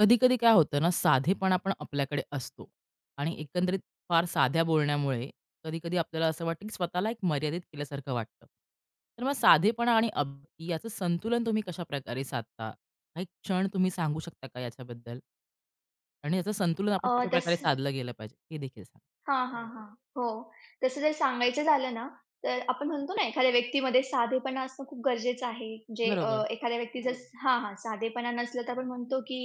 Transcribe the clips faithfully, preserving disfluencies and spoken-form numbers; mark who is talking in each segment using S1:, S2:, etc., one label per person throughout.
S1: कधी-कधी काय होतं ना, साधेपणा पण आपल्याकडे असतो आणि एकंदरीत फार साध्या बोलण्यामुळे कधी-कधी आपल्याला असं वाटतं, की स्वतःला एक मर्यादित केल्यासारखं वाटतं. तर मग साधेपणा आणि अब्दी याचं संतुलन तुम्ही कशाप्रकारे साधता? काही क्षण तुम्ही सांगू शकता का याच्याबद्दल? आणि याचं संतुलन आपण
S2: अ,
S1: कशाप्रकारे
S2: तसं
S1: साधलं गेलं पाहिजे, हे देखील सांगा?
S2: हां, हां, हां. हो. तसं जर सांगायचं झालं ना, तर आपण म्हणतो ना, एखाद्या व्यक्तीमध्ये साधेपणा असणं खूप गरजेचं आहे. म्हणजे अ,
S1: बरोबर,
S2: एखाद्या व्यक्तीचं हो. स हां, हां. साधेपणा नसलं तर आपण म्हणतो की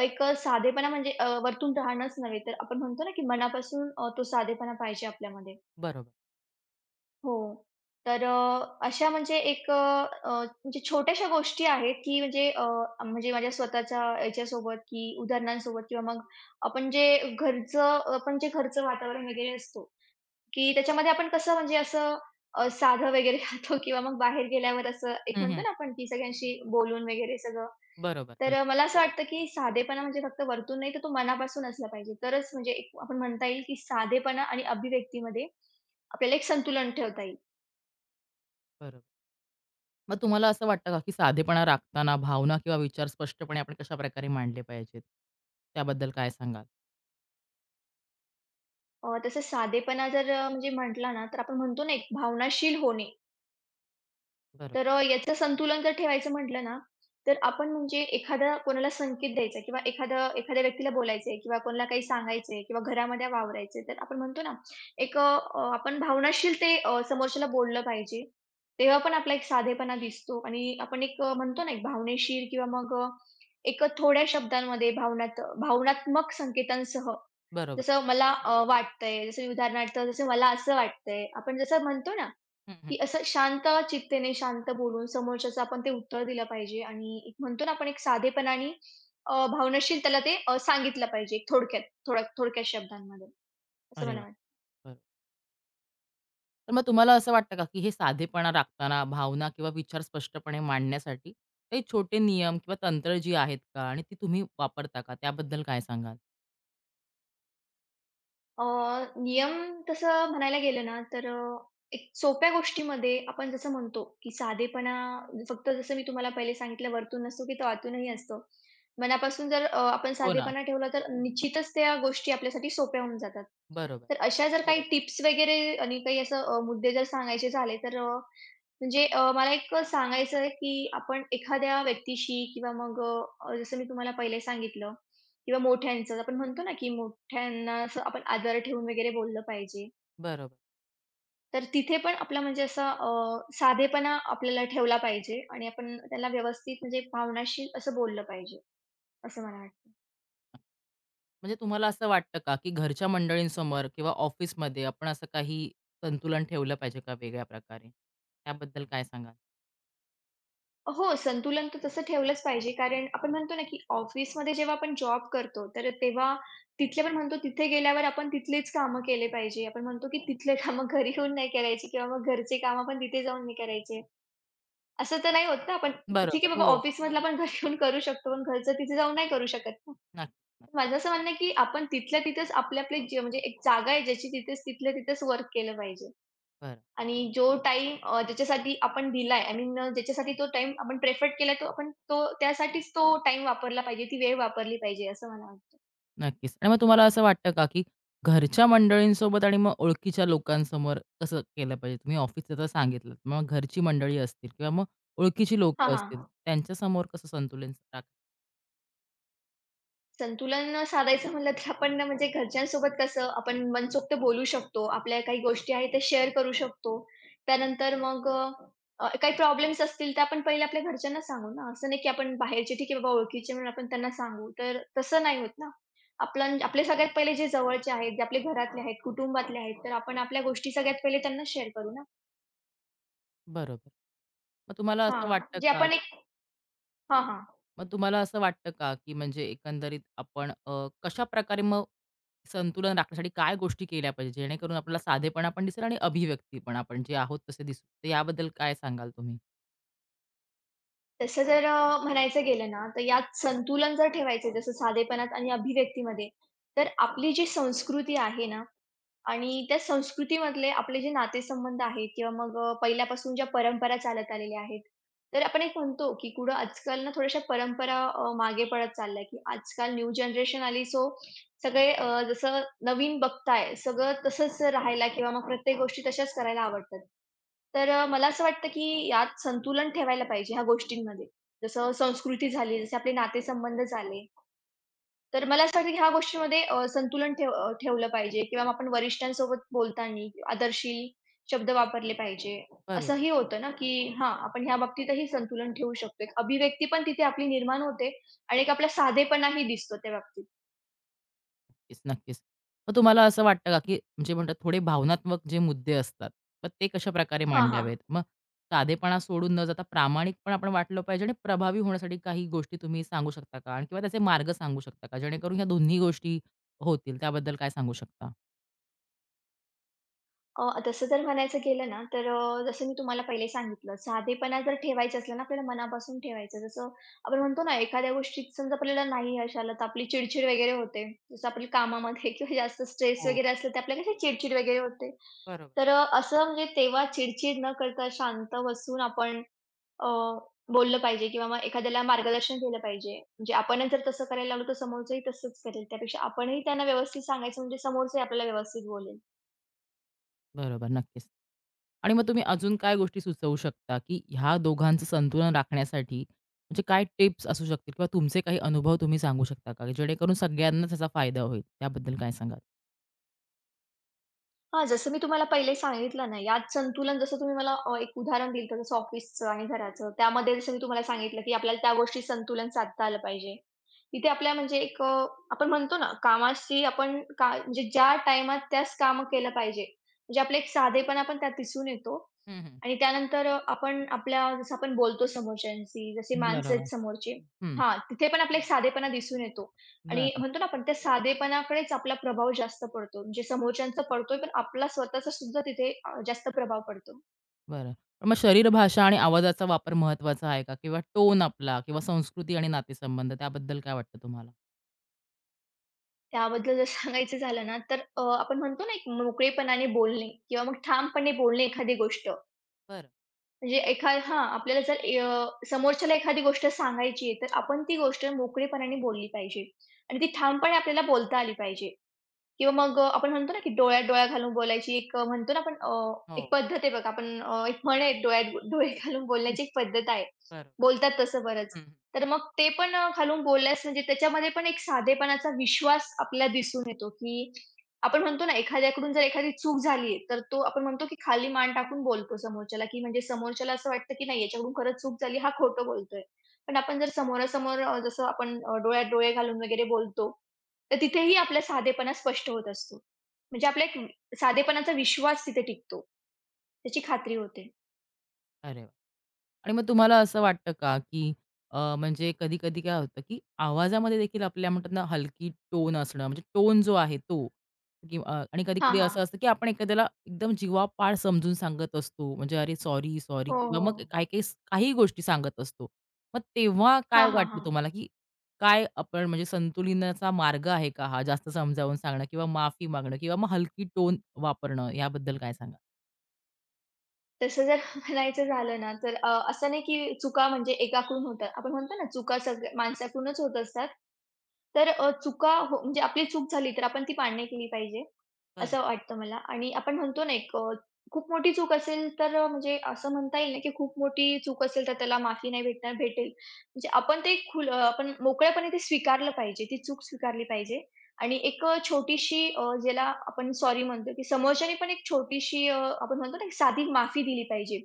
S2: एक साधेपणा म्हणजे अ, वरतून राहणंच नव्हे, तर आपण म्हणतो ना, की मनापासून अ, तो साधेपणा पाहिजे आपल्यामध्ये.
S1: बरोबर.
S2: हो. तर अ, अशा म्हणजे एक अ, अ, म्हणजे छोट्याशा गोष्टी आहेत, की म्हणजे अ, म्हणजे माझ्या स्वतःच्या याच्यासोबत की उदाहरणांसोबत किंवा मग आपण जे घरचं आपण जे घरचं वातावरण वगैरे असतो, की त्याच्यामध्ये आपण कसं म्हणजे असं अ, साधं वगैरे खातो किंवा मग बाहेर गेल्यावर असं एक
S1: हं,
S2: म्हणतो
S1: हं.
S2: ना आपण की सगळ्यांशी बोलून वगैरे सगळं.
S1: बरोबर,
S2: तर
S1: हं,
S2: मला असं वाटतं की साधेपणा म्हणजे फक्त वरतून नाही, तर तो मनापासून असला पाहिजे. तरच म्हणजे एक आपण म्हणता येईल की साधेपणा आणि अभिव्यक्तीमध्ये आपल्याला एक संतुलन ठेवता येईल.
S1: बरोबर. मग तुम्हाला असं वाटतं का, की साधेपणा राखताना भावना किंवा विचार स्पष्टपणे आपण कशाप्रकारे मांडले पाहिजेत? त्याबद्दल काय सांगाल?
S2: अ, तसं साधेपणा जर अ, म्हणजे म्हटला ना, तर आपण म्हणतो ना, एक भावनाशील होणे.
S1: बरोबर,
S2: तर अ, याचं संतुलन जर ठेवायचं म्हटलं ना, तर आपण म्हणजे एखादा कोणाला संकेत द्यायचा किंवा एखादा एखाद्या व्यक्तीला बोलायचंय किंवा कोणाला काही सांगायचंय किंवा घरामध्ये वावरायचंय, तर आपण म्हणतो ना, एक अ, अ, आपण भावनाशील ते अ, समोरच्याला बोललं पाहिजे. तेव्हा पण आपला एक साधेपणा दिसतो आणि आपण एक अ, म्हणतो ना, एक भावनेशीर किंवा मग अ, एक अ, थोड्या शब्दांमध्ये भावनात भावनात्मक संकेतांसह,
S1: बरोबर.
S2: जसं मला अ, वाटतंय, जसं उदाहरणार्थ जसं मला असं वाटतंय, आपण जसं म्हणतो ना
S1: हं,
S2: की
S1: हं.
S2: असं शांत चित्तेने, शांत बोलून समोरच्याचं आपण ते उत्तर दिलं पाहिजे आणि एक म्हणतो ना आपण एक साधेपणाने अ, भावनाशील त्याला ते अ, सांगितलं पाहिजे एक थोडक्यात, थोडक थोडक्या शब्दांमध्ये, असं
S1: अरे
S2: मला
S1: वाह! बरोबर. तर मग तुम्हाला असं वाटतं का, की हे साधेपणा राखताना भावना किंवा विचार स्पष्टपणे मांडण्यासाठी काही छोटे नियम किंवा तंत्र जी आहेत का? आणि ती तुम्ही वापरता का? त्याबद्दल काय सांगाल?
S2: अ, नियम. तसं म्हणायला गेलं ना, तर अ, एक सोप्या गोष्टीमध्ये आपण जसं म्हणतो, की साधेपणा फक्त जसं मी तुम्हाला पहिले सांगितलं वरतून नसतो, की तो आतूनही असतो. मनापासून जर अ, आपण
S1: हो ना.
S2: साधेपणा ठेवला, तर निश्चितच त्या गोष्टी आपल्यासाठी सोप्या होऊन जातात.
S1: बरोबर,
S2: तर अशा जर काही बरोबर. टिप्स वगैरे आणि काही असं अ, मुद्दे जर सांगायचे झाले, तर अ, म्हणजे अ, मला एक सांगायचं आहे, की आपण एखाद्या व्यक्तीशी किंवा मग अ, जसं मी तुम्हाला पहिले सांगितलं किंवा मोठ्यांचं आपण म्हणतो ना, की मोठ्यांना असं आपण आदर ठेवून वगैरे बोललं पाहिजे.
S1: बरोबर.
S2: तर तिथे पण आपला म्हणजे असा अ, साधेपणा आपल्याला ठेवला पाहिजे आणि आपण त्याला व्यवस्थित म्हणजे भावनाशी असं बोललं पाहिजे, असं मला वाटतं.
S1: नक्की. म्हणजे तुम्हाला असं वाटतं का, की घरच्या मंडळींसमोर किंवा ऑफिसमध्ये आपण असं काही संतुलन ठेवलं पाहिजे का वेगळ्या प्रकारे? त्याबद्दल काय सांगाल?
S2: हो, संतुलन तर तसं ठेवलंच पाहिजे कारण आपण म्हणतो ना, की ऑफिसमध्ये जेव्हा आपण जॉब करतो, तर तेव्हा तिथले पण म्हणतो तिथे गेल्यावर आपण तिथलेच कामं केले पाहिजे. आपण म्हणतो, की तिथले कामं घरी येऊन नाही करायची किंवा मग घरचे कामं पण तिथे जाऊन नाही करायचे. असं तर नाही होत ना आपण ठीक आहे
S1: बरोबर.
S2: बाबा
S1: हो.
S2: ऑफिसमधलं आपण घरी येऊन करू शकतो, पण घरचं तिथे जाऊन नाही करू शकत ना.
S1: नक्कीच, नक्की.
S2: माझं असं म्हणणं आहे, की आपण तिथल्या तिथेच आपले आपले जे म्हणजे एक जागा आहे ज्याची तिथेच तिथल्या तिथेच वर्क केलं पाहिजे.
S1: बरं.
S2: आणि जो टाईम अ, ज्याच्यासाठी आपण दिलाय आय मीन ज्याच्यासाठी तो टाईम आपण प्रेफर्ड केला तो आपण तो त्यासाठीच तो टाईम वापरला पाहिजे, ती वेळ वापरली पाहिजे असं मला वाटतं.
S1: नक्कीच. आणि मग तुम्हाला असं वाटतं का, की घरच्या मंडळींसोबत आणि मग ओळखीच्या लोकांसमोर कसं केलं पाहिजे? तुम्ही ऑफिसचं तर सांगितलंत. मग घरची मंडळी असतील किंवा मग ओळखीची
S2: हां,
S1: लोकं असतील,
S2: हां.
S1: त्यांच्यासमोर कसं संतुलन राख
S2: संतुलन साधायचं म्हणलं तर आपण ना म्हणजे घरच्यांसोबत कसं आपण मनसोक्त बोलू शकतो. आपल्या काही गोष्टी आहेत त्या शेअर करू शकतो. त्यानंतर मग अ, अ, काही प्रॉब्लेम्स असतील तर आपण पहिले आपल्या घरच्यांना सांगू ना. असं नाही की आपण बाहेरचे ठीक आहे बाबा ओळखीचे म्हणून आपण त्यांना सांगू. तर तसं नाही होत ना. आपलं आपले सगळ्यात पहिले जे जवळचे आहेत, जे आपले घरातले आहेत, कुटुंबातले आहेत, तर आपण आपल्या गोष्टी सगळ्यात पहिले त्यांना शेअर करू ना.
S1: बरोबर. मग तुम्हाला असं
S2: हां,
S1: वाटतं
S2: जे
S1: का
S2: आपण एक हां, हां.
S1: मग तुम्हाला असं वाटतं का, की म्हणजे एकंदरीत आपण अ, कशाप्रकारे मग संतुलन राखण्यासाठी काय गोष्टी केल्या पाहिजे? जेणेकरून आपल्याला साधेपणा पण दिसेल आणि अभिव्यक्ती पण आपण जे आहोत तसे दिसू. तर याबद्दल काय सांगाल तुम्ही?
S2: तसं जर अ, म्हणायचं गेलं ना, तर यात संतुलन जर ठेवायचं जसं साधेपणात आणि अभिव्यक्तीमध्ये, तर आपली जी संस्कृती आहे ना आणि त्या संस्कृतीमधले आपले जे नातेसंबंध आहेत किंवा मग अ, पहिल्यापासून ज्या परंपरा चालत आलेल्या आहेत. तर आपण एक म्हणतो, की कुठं आजकाल ना थोड्याशा परंपरा अ, मागे पडत चालल्या, की आजकाल न्यू जनरेशन आली सो सगळे अ, जसं नवीन बघताय, सगळं तसंच राहायला किंवा मग प्रत्येक गोष्टी तशाच करायला आवडतात. तर अ, मला असं वाटतं की यात संतुलन ठेवायला पाहिजे ह्या गोष्टींमध्ये. जसं संस्कृती झाली, जसे आपले नातेसंबंध झाले. तर मला असं वाटतं की ह्या गोष्टींमध्ये अ, संतुलन ठेव अ, ठेवलं पाहिजे किंवा मग आपण वरिष्ठांसोबत बोलताना आदरशील शब्द वापरले पाहिजे. असंही होतं ना, की हां, आपण ह्या बाबतीतही संतुलन ठेवू शकतो. एक अभिव्यक्ती पण तिथे आपली निर्माण होते आणि एक आपला साधेपणाही दिसतो त्या बाबतीत.
S1: नक्कीच, नक्कीच. मग तुम्हाला असं वाटतं का, की म्हणजे म्हणतात थोडे भावनात्मक जे मुद्दे असतात, मग ते कशाप्रकारे
S2: हां, हां.
S1: मांडावेत? मग साधेपणा सोडून न जाता प्रामाणिकपण आपण वाटलं पाहिजे आणि प्रभावी होण्यासाठी काही गोष्टी तुम्ही सांगू शकता का? आणि किंवा त्याचे मार्ग सांगू शकता का? जेणेकरून ह्या दोन्ही गोष्टी होतील, त्याबद्दल काय सांगू शकता?
S2: अ, तसं जर म्हणायचं गेलं ना, तर अ, जसं मी तुम्हाला पहिले सांगितलं, साधेपणा जर ठेवायचा असला ना, आपल्याला मनापासून ठेवायचं. जसं आपण म्हणतो ना, एखाद्या गोष्टीत समजा आपल्याला नाही यश आलं, तर आपली चिडचिड वगैरे होते. जसं आपल्या कामामध्ये किंवा जास्त स्ट्रेस
S1: हो,
S2: वगैरे
S1: हो.
S2: असलं, तर आपल्याला कशी चिडचिड वगैरे होते.
S1: बरोबर.
S2: तर अ, असं म्हणजे तेव्हा चिडचिड न करता शांत बसून आपण अ, बोललं पाहिजे किंवा मग एखाद्याला मार्गदर्शन केलं पाहिजे. म्हणजे आपणच जर तसं करायला लागलो, तर समोरचंही तसंच करेल. त्यापेक्षा आपणही त्यांना व्यवस्थित सांगायचं, म्हणजे समोरचंही आपल्याला व्यवस्थित बोलेल.
S1: बरोबर, नक्कीच. आणि मग तुम्ही अजून काय गोष्टी सुचवू शकता, की ह्या दोघांचं संतुलन राखण्यासाठी म्हणजे काय टिप्स असू शकतील किंवा तुमचे काही अनुभव तुम्ही सांगू शकता का? की जेणेकरून सगळ्यांनाच त्याचा फायदा होईल, त्याबद्दल काय सांगाल?
S2: हां, जसं मी तुम्हाला पहिले सांगितलं ना, यात संतुलन जसं तुम्ही मला अ, एक उदाहरण दिलं होतं, जसं ऑफिसचं आणि घराचं. त्यामध्ये जसं मी तुम्हाला सांगितलं, की आपल्याला त्या गोष्टी संतुलन साधता आलं पाहिजे. तिथे आपल्या म्हणजे एक अ, आपण म्हणतो ना, कामाशी आपण का म्हणजे ज्या टाईमात त्याच कामं केलं पाहिजे. म्हणजे आपला एक साधेपणा पण त्यात दिसून येतो
S1: हं, हं.
S2: आणि त्यानंतर आपण आपल्या जसं आपण बोलतो समोरच्यांशी, जशी माणसं आहेत
S1: बरोबर.
S2: समोरची
S1: हं.
S2: हां, तिथे पण आपला एक साधेपणा दिसून येतो. आणि
S1: बरं,
S2: म्हणतो ना आपण त्या साधेपणाकडेच आपला प्रभाव जास्त पडतो. म्हणजे समोरच्यांचा पडतोय, पण आपला स्वतःचा सुद्धा तिथे अ, जास्त प्रभाव पडतो.
S1: बरं. पण मग शरीरभाषा आणि आवाजाचा वापर महत्त्वाचा आहे का? किंवा टोन आपला किंवा संस्कृती आणि नातेसंबंध त्याबद्दल काय वाटतं तुम्हाला?
S2: त्याबद्दल जर सांगायचं झालं ना, तर अ, आपण म्हणतो ना, एक मोकळेपणाने बोलणे किंवा मग ठामपणे बोलणे एखादी गोष्ट.
S1: बरं.
S2: म्हणजे एखा हां, आपल्याला जर अ, समोरच्याला एखादी गोष्ट सांगायची आहे, तर आपण ती गोष्ट मोकळेपणाने बोलली पाहिजे आणि ती ठामपणे आपल्याला बोलता आली पाहिजे. किंवा मग अ, आपण म्हणतो ना, की डोळ्यात डोळा घालून बोलायची एक अ, म्हणतो ना आपण अ,
S1: हो.
S2: एक पद्धत आहे बघा. आपण अ, एक म्हण आहे डोळ्यात डोळे घालून
S1: हं.
S2: बोलण्याची एक पद्धत आहे.
S1: बरं.
S2: बोलतात तसं बरंच.
S1: हं,
S2: तर मग ते पण अ, घालून बोलल्यास म्हणजे त्याच्यामध्ये पण एक साधेपणाचा विश्वास आपल्याला दिसून येतो, की आपण म्हणतो ना, एखाद्याकडून जर एखादी चूक झाली तर तो आपण म्हणतो, की खाली मान टाकून बोलतो समोरच्याला, की म्हणजे समोरच्याला असं वाटतं, की नाही याच्याकडून खरंच चूक झाली, हा खोटं बोलतोय. पण आपण जर समोरासमोर अ, जसं आपण अ, डोळ्यात डोळे घालून वगैरे बोलतो तर तिथेही आपला साधेपणा स्पष्ट होत असतो. म्हणजे आपला एक वि- साधेपणाचा विश्वास तिथे टिकतो. त्याची खात्री होते.
S1: अरे वाह! आणि मग तुम्हाला असं वाटतं का, की अ, म्हणजे कधी-कधी काय होतं, की आवाजामध्ये देखील आपल्या म्हणतात ना, हलकी टोन असणं, म्हणजे टोन जो आहे तो किंवा अ, आणि
S2: हां,
S1: कधी-कधी
S2: हा
S1: असं असतं, की आपण एखाद्याला एकदम जीवापाड समजून सांगत असतो, म्हणजे "अरे, सॉरी, सॉरी"
S2: हो,
S1: किंवा मग
S2: हो.
S1: काही-काही काहीही गोष्टी सांगत असतो. मग तेव्हा काय
S2: हां, हां,
S1: वाटतं
S2: हां.
S1: तुम्हाला, की काय आपण म्हणजे संतुलनाचा मार्ग आहे का हा? जास्त समजावून सांगणं किंवा माफी मागणं किंवा मग हलकी टोन वापरणं, याबद्दल काय सांगाल?
S2: तसं जर म्हणायचं झालं ना, तर अ, असं नाही की चुका म्हणजे एकाकडून होतात. आपण म्हणतो ना, चुका सगळ्या माणसाकडूनच होत असतात. तर अ, चुका हो म्हणजे आपली चूक झाली तर आपण ती मान्य केली पाहिजे, असं वाटतं मला आणि आपण म्हणतो ना एक अ, खूप मोठी चूक असेल तर अ, म्हणजे असं म्हणता येईल ना, की खूप मोठी चूक असेल तर त्याला माफी नाही भेटणार, भेटेल. म्हणजे आपण ते खुल अ, आपण मोकळेपणे ते स्वीकारलं पाहिजे, ती चूक स्वीकारली पाहिजे आणि एक अ, छोटीशी अ, ज्याला आपण सॉरी म्हणतो, की समोरच्याने पण एक छोटीशी अ, आपण म्हणतो ना, एक साधी माफी दिली पाहिजे.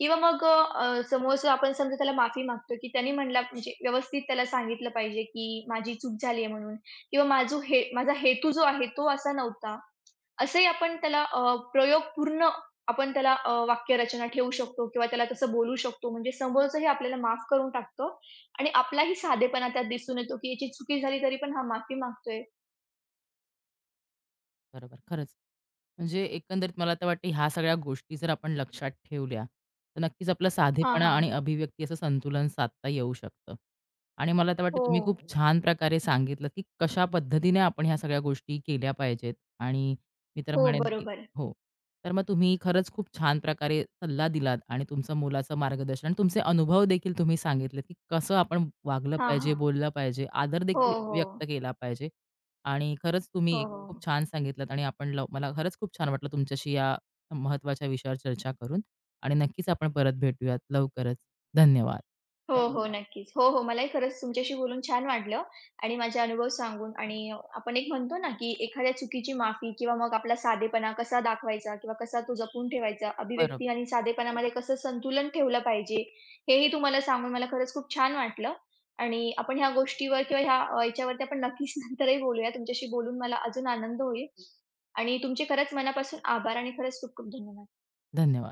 S2: किंवा मग अ, समोरचं आपण समजा त्याला माफी मागतो, की त्याने म्हणला म्हणजे व्यवस्थित त्याला सांगितलं पाहिजे, की माझी चूक झाली आहे म्हणून किंवा माझं हे माझा हेतू जो आहे तो असा नव्हता. असंही आपण त्याला अ, प्रयोगपूर्ण आपण त्याला अ, वाक्यरचना ठेवू शकतो किंवा त्याला तसं बोलू शकतो. म्हणजे समोरचंही आपल्याला माफ करून टाकतो आणि आपलाही साधेपणा त्यात दिसून येतो, की याची चुकी झाली तरी पण हा माफी मागतोय.
S1: बरोबर, खरंच. म्हणजे एकंदरीत मला तर वाटतं ह्या सगळ्या गोष्टी जर आपण लक्षात ठेवल्या, तर नक्कीच आपला
S2: हां,
S1: साधेपणा
S2: हां.
S1: आणि अभिव्यक्ती असं संतुलन साधता येऊ शकतं. आणि मला तर वाटतं
S2: हो.
S1: तुम्ही खूप छान प्रकारे सांगितलं, की कशा पद्धतीने आपण ह्या सगळ्या गोष्टी केल्या पाहिजेत आणि मी तर
S2: हो,
S1: म्हणेन, की
S2: बरोबर.
S1: हो. तर मग तुम्ही खरंच खूप छान प्रकारे सल्ला दिलात आणि तुमचं मुलाचं मार्गदर्शन, आणि तुमचे अनुभव देखील तुम्ही सांगितलेत, की कसं आपण वागलं
S2: हां,
S1: पाहिजे,
S2: हां.
S1: बोललं पाहिजे, आदर
S2: हो,
S1: देखील
S2: हो.
S1: व्यक्त केला पाहिजे आणि खरंच तुम्ही
S2: हो,
S1: एक खूप
S2: हो.
S1: छान सांगितलत आणि आपण लव मला खरंच खूप छान वाटलं तुमच्याशी या महत्त्वाच्या विषयावर चर्चा करून आणि नक्कीच आपण परत भेटूयात लवकरच. धन्यवाद.
S2: हो, है ना? हो. नक्कीच. हो, हो. मलाही खरंच तुमच्याशी बोलून छान वाटलं आणि माझे अनुभव सांगून आणि आपण एक म्हणतो ना, की एखाद्या चुकीची माफी किंवा मग आपला साधेपणा कसा दाखवायचा किंवा कसा तो जपून ठेवायचा,
S1: बरोबर.
S2: अभिव्यक्ती आणि साधेपणामध्ये कसं संतुलन ठेवलं पाहिजे, हेही तुम्हाला सांगून मला खरंच खूप छान वाटलं आणि आपण ह्या गोष्टीवर किंवा ह्या अ, याच्यावरती आपण नक्कीच नंतरही बोलूया. तुमच्याशी बोलून मला अजून आनंद होईल आणि तुमचे खरंच मनापासून आभार आणि खरंच खूप खूप धन्यवाद.
S1: धन्यवाद.